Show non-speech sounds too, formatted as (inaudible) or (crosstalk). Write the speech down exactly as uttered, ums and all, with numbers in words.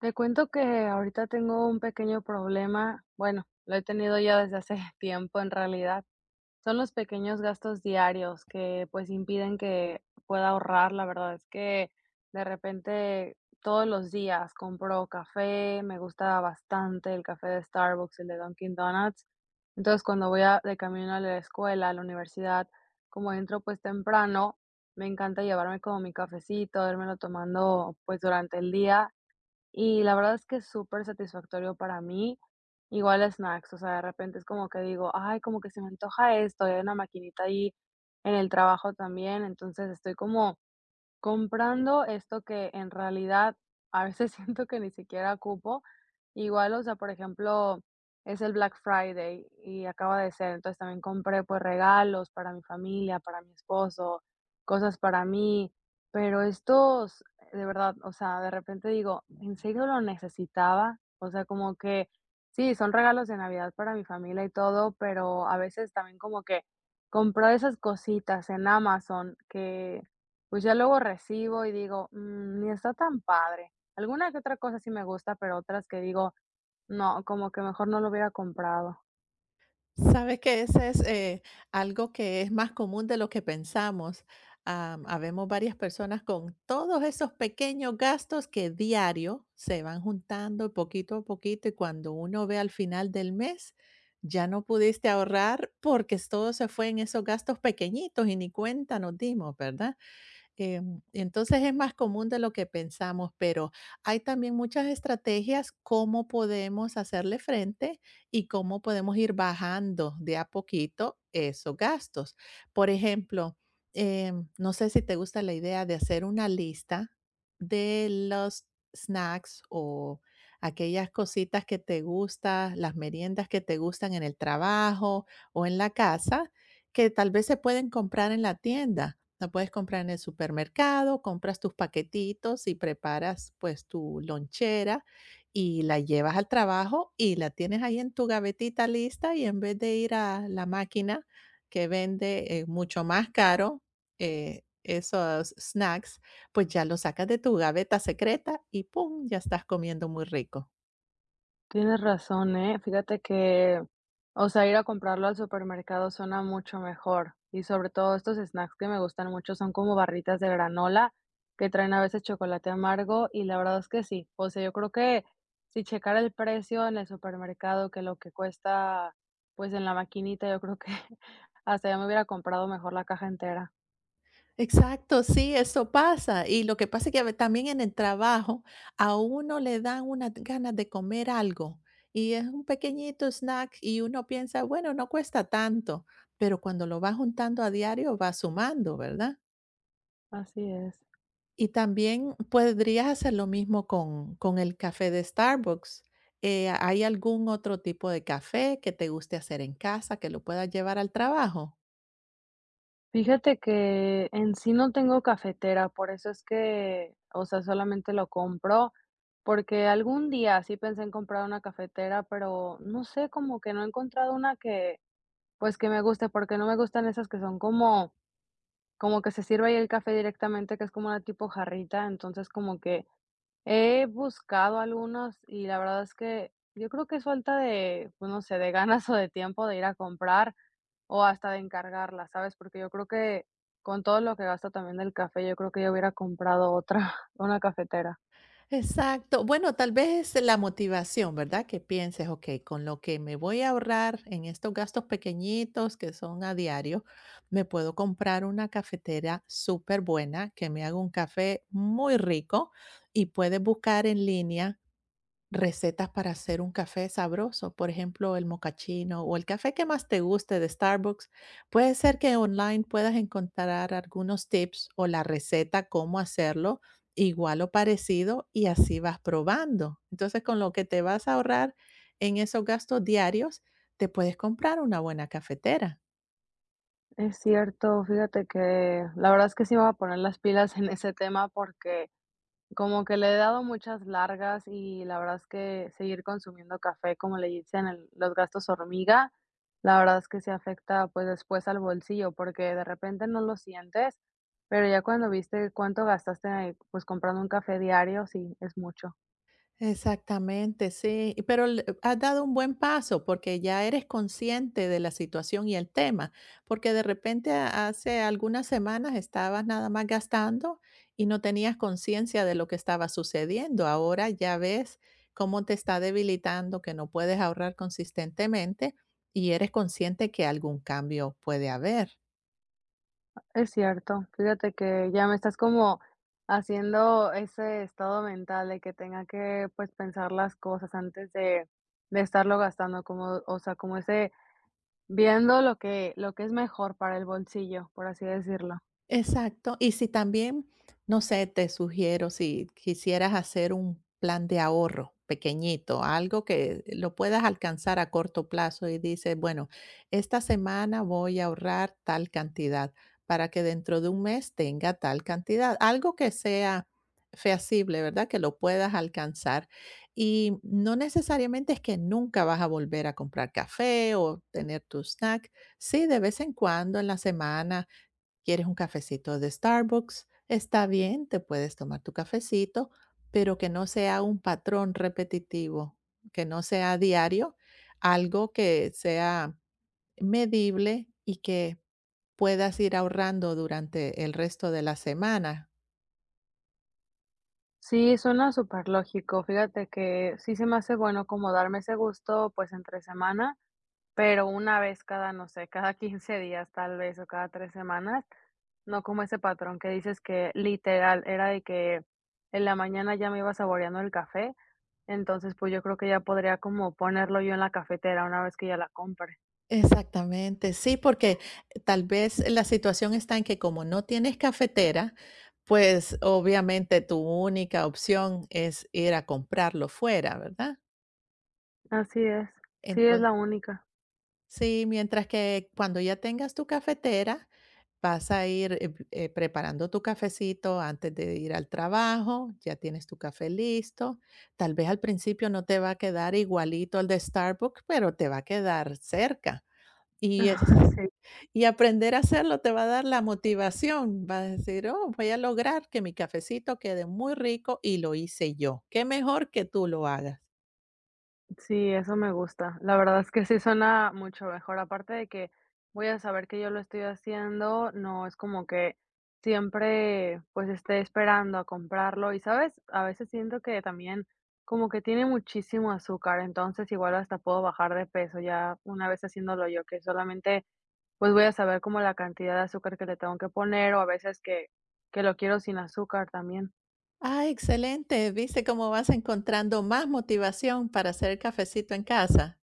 Te cuento que ahorita tengo un pequeño problema. Bueno, lo he tenido ya desde hace (laughs) tiempo en realidad. Son los pequeños gastos diarios que pues impiden que pueda ahorrar. La verdad es que de repente todos los días compro café, me gusta bastante el café de Starbucks, el de Dunkin' Donuts. Entonces cuando voy a- de camino a la escuela, a la universidad, como entro pues temprano, me encanta llevarme como mi cafecito, lo tomando pues durante el día, y la verdad es que es súper satisfactorio para mí. Igual snacks, o sea, de repente es como que digo: "Ay, como que se me antoja esto", y hay una maquinita ahí en el trabajo también, entonces estoy como comprando esto que en realidad a veces (laughs) siento que ni siquiera ocupo. Igual, o sea, por ejemplo, es el Black Friday y acaba de ser, entonces también compré, pues, regalos para mi familia, para mi esposo, cosas para mí, pero estos, de verdad, o sea, de repente digo, ¿en serio lo necesitaba? O sea, como que sí, son regalos de Navidad para mi familia y todo, pero a veces también como que comprar esas cositas en Amazon que, pues, ya luego recibo y digo: "Mm, ni está tan padre". Alguna que otra cosa sí me gusta, pero otras que digo: "No, como que mejor no lo hubiera comprado". Sabes que ese es eh, algo que es más común de lo que pensamos. Am, habemos varias personas con todos esos pequeños gastos que diario se van juntando poquito a poquito y cuando uno ve al final del mes, ya no pudiste ahorrar porque todo se fue en esos gastos pequeñitos y ni cuenta nos dimos, ¿verdad? Em, entonces es más común de lo que pensamos, pero hay también muchas estrategias cómo podemos hacerle frente y cómo podemos ir bajando de a poquito esos gastos. Por ejemplo, em, no sé si te gusta la idea de hacer una lista de los snacks o aquellas cositas que te gustan, las meriendas que te gustan en el trabajo o en la casa, que tal vez se pueden comprar en la tienda, la puedes comprar en el supermercado, compras tus paquetitos y preparas pues tu lonchera y la llevas al trabajo y la tienes ahí en tu gavetita lista y en vez de ir a la máquina que vende eh, mucho más caro eh, esos snacks, pues ya lo sacas de tu gaveta secreta y ¡pum! Ya estás comiendo muy rico. Tienes razón, ¿eh? Fíjate que, o sea, ir a comprarlo al supermercado suena mucho mejor, y sobre todo estos snacks que me gustan mucho son como barritas de granola que traen a veces chocolate amargo, y la verdad es que sí. O sea, yo creo que si checar el precio en el supermercado que lo que cuesta, pues, en la maquinita, yo creo que (laughs) hasta ya me hubiera comprado mejor la caja entera. Exacto, sí, eso pasa. Y lo que pasa es que a ve- también en el trabajo a uno le dan unas ganas de comer algo y es un pequeñito snack y uno piensa, bueno, no cuesta tanto, pero cuando lo vas juntando a diario va sumando, ¿verdad? Así es. Y también podrías hacer lo mismo con, con el café de Starbucks. Eh, ¿hay algún otro tipo de café que te guste hacer en casa que lo puedas llevar al trabajo? Fíjate que en sí no tengo cafetera, por eso es que, o sea, solamente lo compro, porque algún día sí pensé en comprar una cafetera, pero no sé, como que no he encontrado una que, pues, que me guste, porque no me gustan esas que son como, como que se sirve ahí el café directamente, que es como una tipo jarrita, entonces como que he buscado algunos y la verdad es que yo creo que es falta de, pues, no sé, de ganas o de tiempo de ir a comprar. O hasta de encargarla, ¿sabes? Porque yo creo que con todo lo que gasto también del café, yo creo que yo hubiera comprado otra, (laughs) una cafetera. Exacto. Bueno, tal vez es la motivación, ¿verdad? Que pienses, ok, con lo que me voy a ahorrar en estos gastos pequeñitos que son a diario, me puedo comprar una cafetera súper buena que me haga un café muy rico y puedes buscar en línea recetas para hacer un café sabroso, por ejemplo, el mocachino o el café que más te guste de Starbucks. Puede ser que online puedas encontrar algunos tips o la receta, cómo hacerlo, igual o parecido, y así vas probando. Entonces, con lo que te vas a ahorrar en esos gastos diarios, te puedes comprar una buena cafetera. Es cierto, fíjate que la verdad es que sí me voy a poner las pilas en ese tema porque como que le he dado muchas largas y la verdad es que seguir consumiendo café, como le dicen el- los gastos hormiga, la verdad es que se afecta pues después al bolsillo porque de repente no lo sientes, pero ya cuando viste cuánto gastaste pues comprando un café diario, sí, es mucho. Exactamente, sí, y pero l has dado un buen paso, porque ya eres consciente de la situación y el tema, porque de repente a- hace algunas semanas estabas nada más gastando y no tenías conciencia de lo que estaba sucediendo. Ahora ya ves cómo te está debilitando, que no puedes ahorrar consistentemente y eres consciente que algún cambio puede haber. Es cierto, fíjate que ya me estás como haciendo ese estado mental de que tenga que, pues, pensar las cosas antes de de estarlo gastando, como, o sea, como ese viendo lo que lo que es mejor para el bolsillo, por así decirlo. Exacto. Y si también, no sé, te sugiero si quisieras hacer un plan de ahorro pequeñito, algo que lo puedas alcanzar a corto plazo y dices, bueno, esta semana voy a ahorrar tal cantidad para que dentro de un mes tenga tal cantidad, algo que sea feasible, ¿verdad? Que lo puedas alcanzar. Y no necesariamente es que nunca vas a volver a comprar café o tener tu snack. Sí, de vez en cuando en la semana, ¿quieres un cafecito de Starbucks? Está bien, te puedes tomar tu cafecito, pero que no sea un patrón repetitivo, que no sea diario, algo que sea medible y que puedas ir ahorrando durante el resto de la semana. Sí, suena súper lógico. Fíjate que sí se me hace bueno como darme ese gusto, pues, entre semana, pero una vez cada, no sé, cada (laughs) quince días tal vez o cada tres semanas, no como ese patrón que dices que literal era de que en la mañana ya me iba saboreando el café, entonces, pues, yo creo que ya podría como ponerlo yo en la cafetera una vez que ya la compre. Exactamente, sí, porque tal vez la situación está en que como no tienes cafetera, pues obviamente tu única opción es ir a comprarlo fuera, ¿verdad? Así es, sí, es Entonces. la única. Sí, mientras que cuando ya tengas tu cafetera, vas a ir, eh, eh, preparando tu cafecito antes de ir al trabajo, ya tienes tu café listo. Tal vez al principio no te va a quedar igualito al de Starbucks, pero te va a quedar cerca. Y es (laughs) Sí. y aprender a hacerlo te va a dar la motivación, vas a decir: "Oh, voy a lograr que mi cafecito quede muy rico y lo hice yo". Qué mejor que tú lo hagas. Sí, eso me gusta. La verdad es que sí suena mucho mejor, aparte de que voy a saber que yo lo estoy haciendo, no es como que siempre, pues, esté esperando a comprarlo y, ¿sabes? A veces siento que también como que tiene muchísimo azúcar, entonces igual hasta puedo bajar de peso ya una vez haciéndolo yo, que solamente, pues, voy a saber como la cantidad de azúcar que le tengo que poner o a veces que que lo quiero sin azúcar también. Ah, excelente. ¿Viste cómo vas encontrando más motivación para hacer cafecito en casa?